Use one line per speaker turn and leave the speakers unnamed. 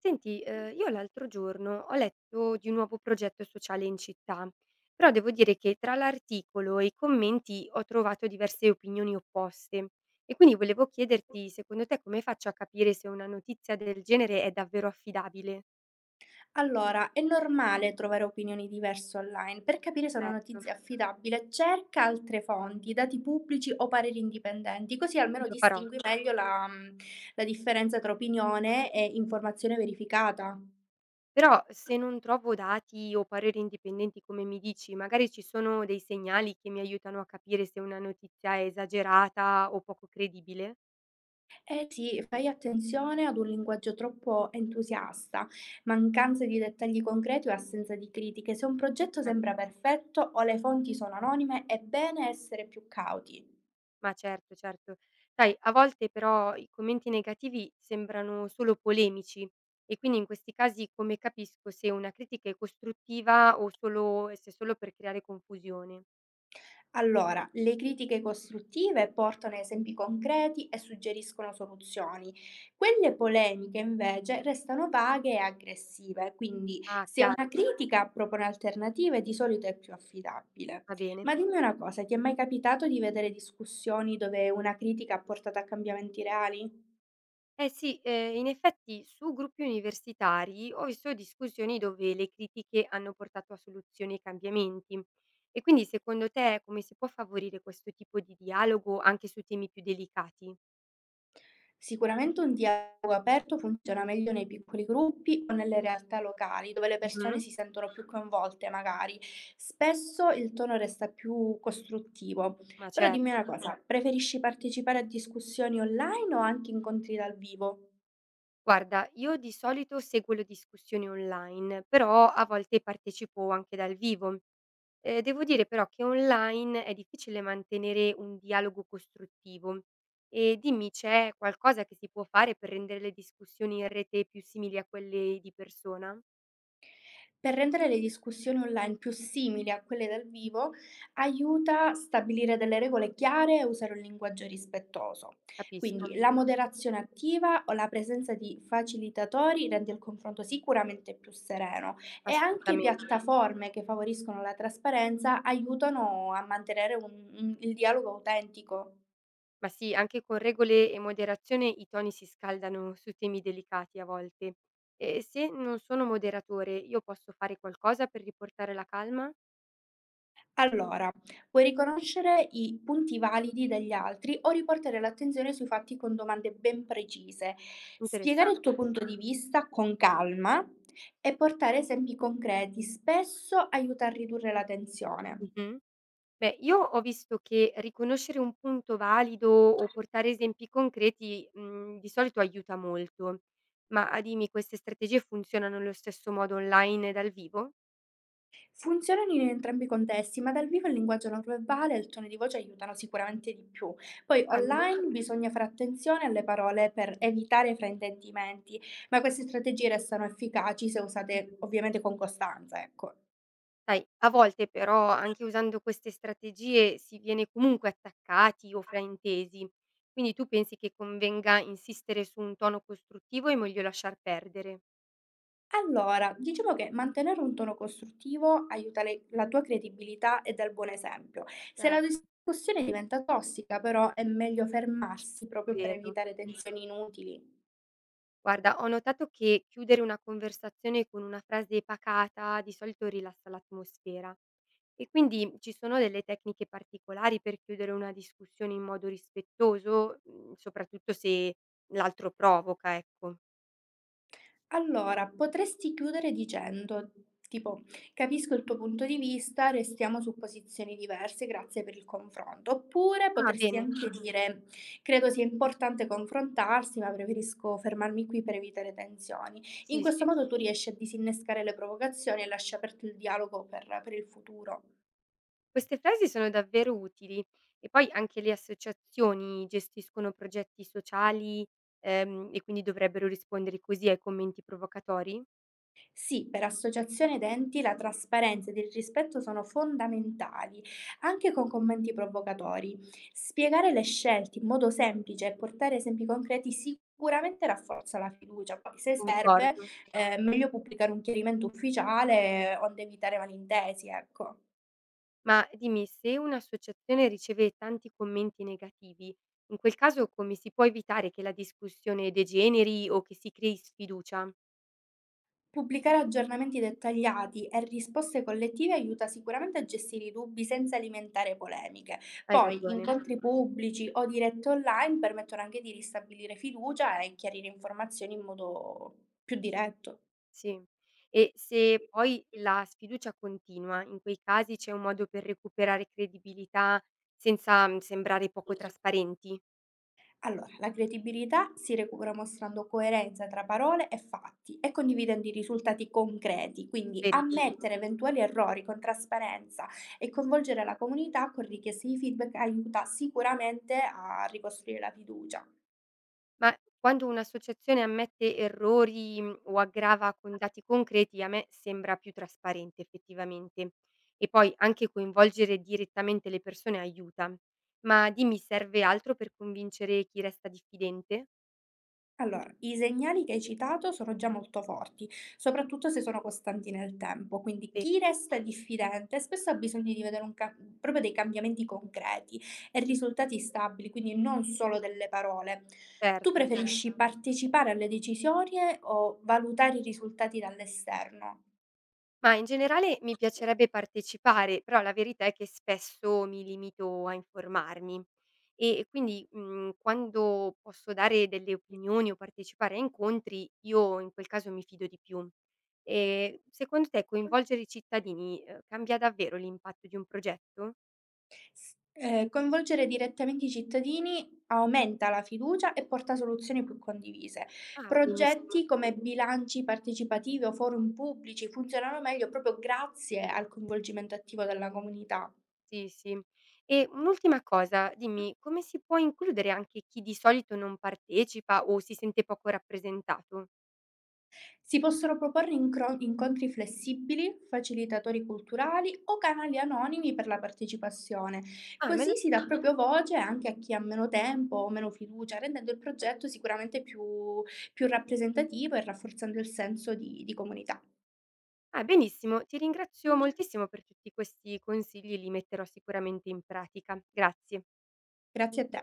Senti, io l'altro giorno ho letto di un nuovo progetto sociale in città, però devo dire che tra l'articolo e i commenti ho trovato diverse opinioni opposte e quindi volevo chiederti, secondo te, come faccio a capire se una notizia del genere è davvero affidabile?
Allora, è normale trovare opinioni diverse online. Per capire se una
Certo,
notizia è affidabile, cerca altre fonti, dati pubblici o pareri indipendenti, così
sì,
almeno
lo farò.
distingui meglio la differenza tra opinione e informazione verificata.
Però se non trovo dati o pareri indipendenti come mi dici, magari ci sono dei segnali che mi aiutano a capire se una notizia è esagerata o poco credibile?
Eh sì, fai attenzione ad un linguaggio troppo entusiasta, mancanza di dettagli concreti o assenza di critiche. Se un progetto sembra
Capito.
perfetto o le fonti sono anonime, è bene essere più cauti.
Ma certo, certo. Sai, a volte però i commenti negativi sembrano solo polemici e quindi in questi casi come capisco se una critica è costruttiva o solo, se è solo per creare confusione?
Allora, le critiche costruttive portano a esempi concreti e suggeriscono soluzioni. Quelle polemiche invece restano vaghe e aggressive, quindi
Ah,
se una
chiaro,
critica propone alternative di solito è più affidabile.
va bene.
Ma dimmi una cosa, ti è mai capitato di vedere discussioni dove una critica ha portato a cambiamenti reali?
Eh sì, in effetti su gruppi universitari ho visto discussioni dove le critiche hanno portato a soluzioni e cambiamenti. E quindi secondo te come si può favorire questo tipo di dialogo anche su temi più delicati?
Sicuramente un dialogo aperto funziona meglio nei piccoli gruppi o nelle realtà locali, dove le persone
Mhm.
si sentono più coinvolte magari. Spesso il tono resta più costruttivo.
Ma
Però dimmi
certo.
una cosa, preferisci partecipare a discussioni online o anche incontri dal vivo?
Guarda, io di solito seguo le discussioni online, però a volte partecipo anche dal vivo. Devo dire però che online è difficile mantenere un dialogo costruttivo. E dimmi, c'è qualcosa che si può fare per rendere le discussioni in rete più simili a quelle di persona?
Per rendere le discussioni online più simili a quelle dal vivo, aiuta a stabilire delle regole chiare e usare un linguaggio rispettoso.
Capisco,
Quindi la moderazione attiva o la presenza di facilitatori rende il confronto sicuramente più sereno e anche
assolutamente.
piattaforme che favoriscono la trasparenza aiutano a mantenere il dialogo autentico.
Ma sì, anche con regole e moderazione i toni si scaldano su temi delicati a volte. E se non sono moderatore, io posso fare qualcosa per riportare la calma?
Allora, puoi riconoscere i punti validi degli altri o riportare l'attenzione sui fatti con domande ben precise.
Interessan.
Spiegare il tuo punto di vista con calma e portare esempi concreti spesso aiuta a ridurre la tensione.
Mh-mh. Beh, io ho visto che riconoscere un punto valido o portare esempi concreti, di solito aiuta molto. Ma ah, dimmi, queste strategie funzionano allo stesso modo online e dal vivo?
Funzionano in entrambi i contesti, ma dal vivo il linguaggio non verbale e il tono di voce aiutano sicuramente di più. Poi
Ah, non lo
online
sapevo.
bisogna fare attenzione alle parole per evitare fraintendimenti, ma queste strategie restano efficaci se usate
Mh-mh.
ovviamente con costanza, ecco.
Sai, a volte però anche usando queste strategie si viene comunque attaccati o fraintesi. Quindi tu pensi che convenga insistere su un tono costruttivo e meglio lasciar perdere?
Allora, diciamo che mantenere un tono costruttivo aiuta la tua credibilità e dà il buon esempio. Se la
Certo.
discussione diventa tossica, però, è meglio fermarsi proprio per
Vero.
evitare tensioni inutili.
Guarda, ho notato che chiudere una conversazione con una frase pacata di solito rilassa l'atmosfera. E quindi ci sono delle tecniche particolari per chiudere una discussione in modo rispettoso, soprattutto se l'altro provoca, ecco.
Allora, potresti chiudere dicendo, tipo: "Capisco il tuo punto di vista, restiamo su posizioni diverse, grazie per il confronto." Oppure
Ah,
potresti
bene.
anche dire: "Credo sia importante confrontarsi, ma preferisco fermarmi qui per evitare tensioni." In
Sì,
questo
sì.
modo tu riesci a disinnescare le provocazioni e lasci aperto il dialogo per il futuro.
Queste frasi sono davvero utili. E poi anche le associazioni gestiscono progetti sociali, e quindi dovrebbero rispondere così ai commenti provocatori?
Sì, per associazioni ed enti la trasparenza ed il rispetto sono fondamentali, anche con commenti provocatori. Spiegare le scelte in modo semplice e portare esempi concreti sicuramente rafforza la fiducia. Poi, se serve,
Concordo.
meglio pubblicare un chiarimento ufficiale onde evitare malintesi, ecco.
Ma dimmi, se un'associazione riceve tanti commenti negativi, in quel caso come si può evitare che la discussione degeneri o che si crei sfiducia?
Pubblicare aggiornamenti dettagliati e risposte collettive aiuta sicuramente a gestire i dubbi senza alimentare polemiche.
Hai
Poi
ragione,
incontri pubblici o dirette online permettono anche di ristabilire fiducia e chiarire informazioni in modo più diretto.
sì. E se poi la sfiducia continua, in quei casi c'è un modo per recuperare credibilità senza sembrare poco trasparenti?
Allora, la credibilità si recupera mostrando coerenza tra parole e fatti e condividendo i risultati concreti, quindi Mm,
Verissimo.
ammettere eventuali errori con trasparenza e coinvolgere la comunità con richieste di feedback aiuta sicuramente a ricostruire la fiducia.
Ma quando un'associazione ammette errori, o aggrava con dati concreti, a me sembra più trasparente effettivamente. E poi anche coinvolgere direttamente le persone aiuta. Ma dimmi, serve altro per convincere chi resta diffidente?
Allora, i segnali che hai citato sono già molto forti, soprattutto se sono costanti nel tempo, quindi
Sì.
chi resta diffidente spesso ha bisogno di vedere un proprio dei cambiamenti concreti e risultati stabili, quindi non solo delle parole. Tu
Certo.
preferisci Certo. partecipare alle decisioni o valutare i risultati dall'esterno?
Ma in generale mi piacerebbe partecipare, però la verità è che spesso mi limito a informarmi e quindi, quando posso dare delle opinioni o partecipare a incontri, io in quel caso mi fido di più. Secondo te coinvolgere i cittadini, cambia davvero l'impatto di un progetto?
S Coinvolgere direttamente i cittadini aumenta la fiducia e porta a soluzioni più condivise.
Ah, benissimo.
Progetti come bilanci partecipativi o forum pubblici funzionano meglio proprio grazie al coinvolgimento attivo della comunità.
Sì, sì. E un'ultima cosa, dimmi, come si può includere anche chi di solito non partecipa o si sente poco rappresentato?
Si possono proporre incontri flessibili, facilitatori culturali o canali anonimi per la partecipazione.
Ah, me
Così si dà proprio voce anche a chi ha meno tempo o meno fiducia, rendendo il
lo.
progetto più rappresentativo e rafforzando il senso di comunità.
Ah, benissimo, ti ringrazio moltissimo per tutti questi consigli, li metterò sicuramente in pratica. Grazie.
Grazie a te.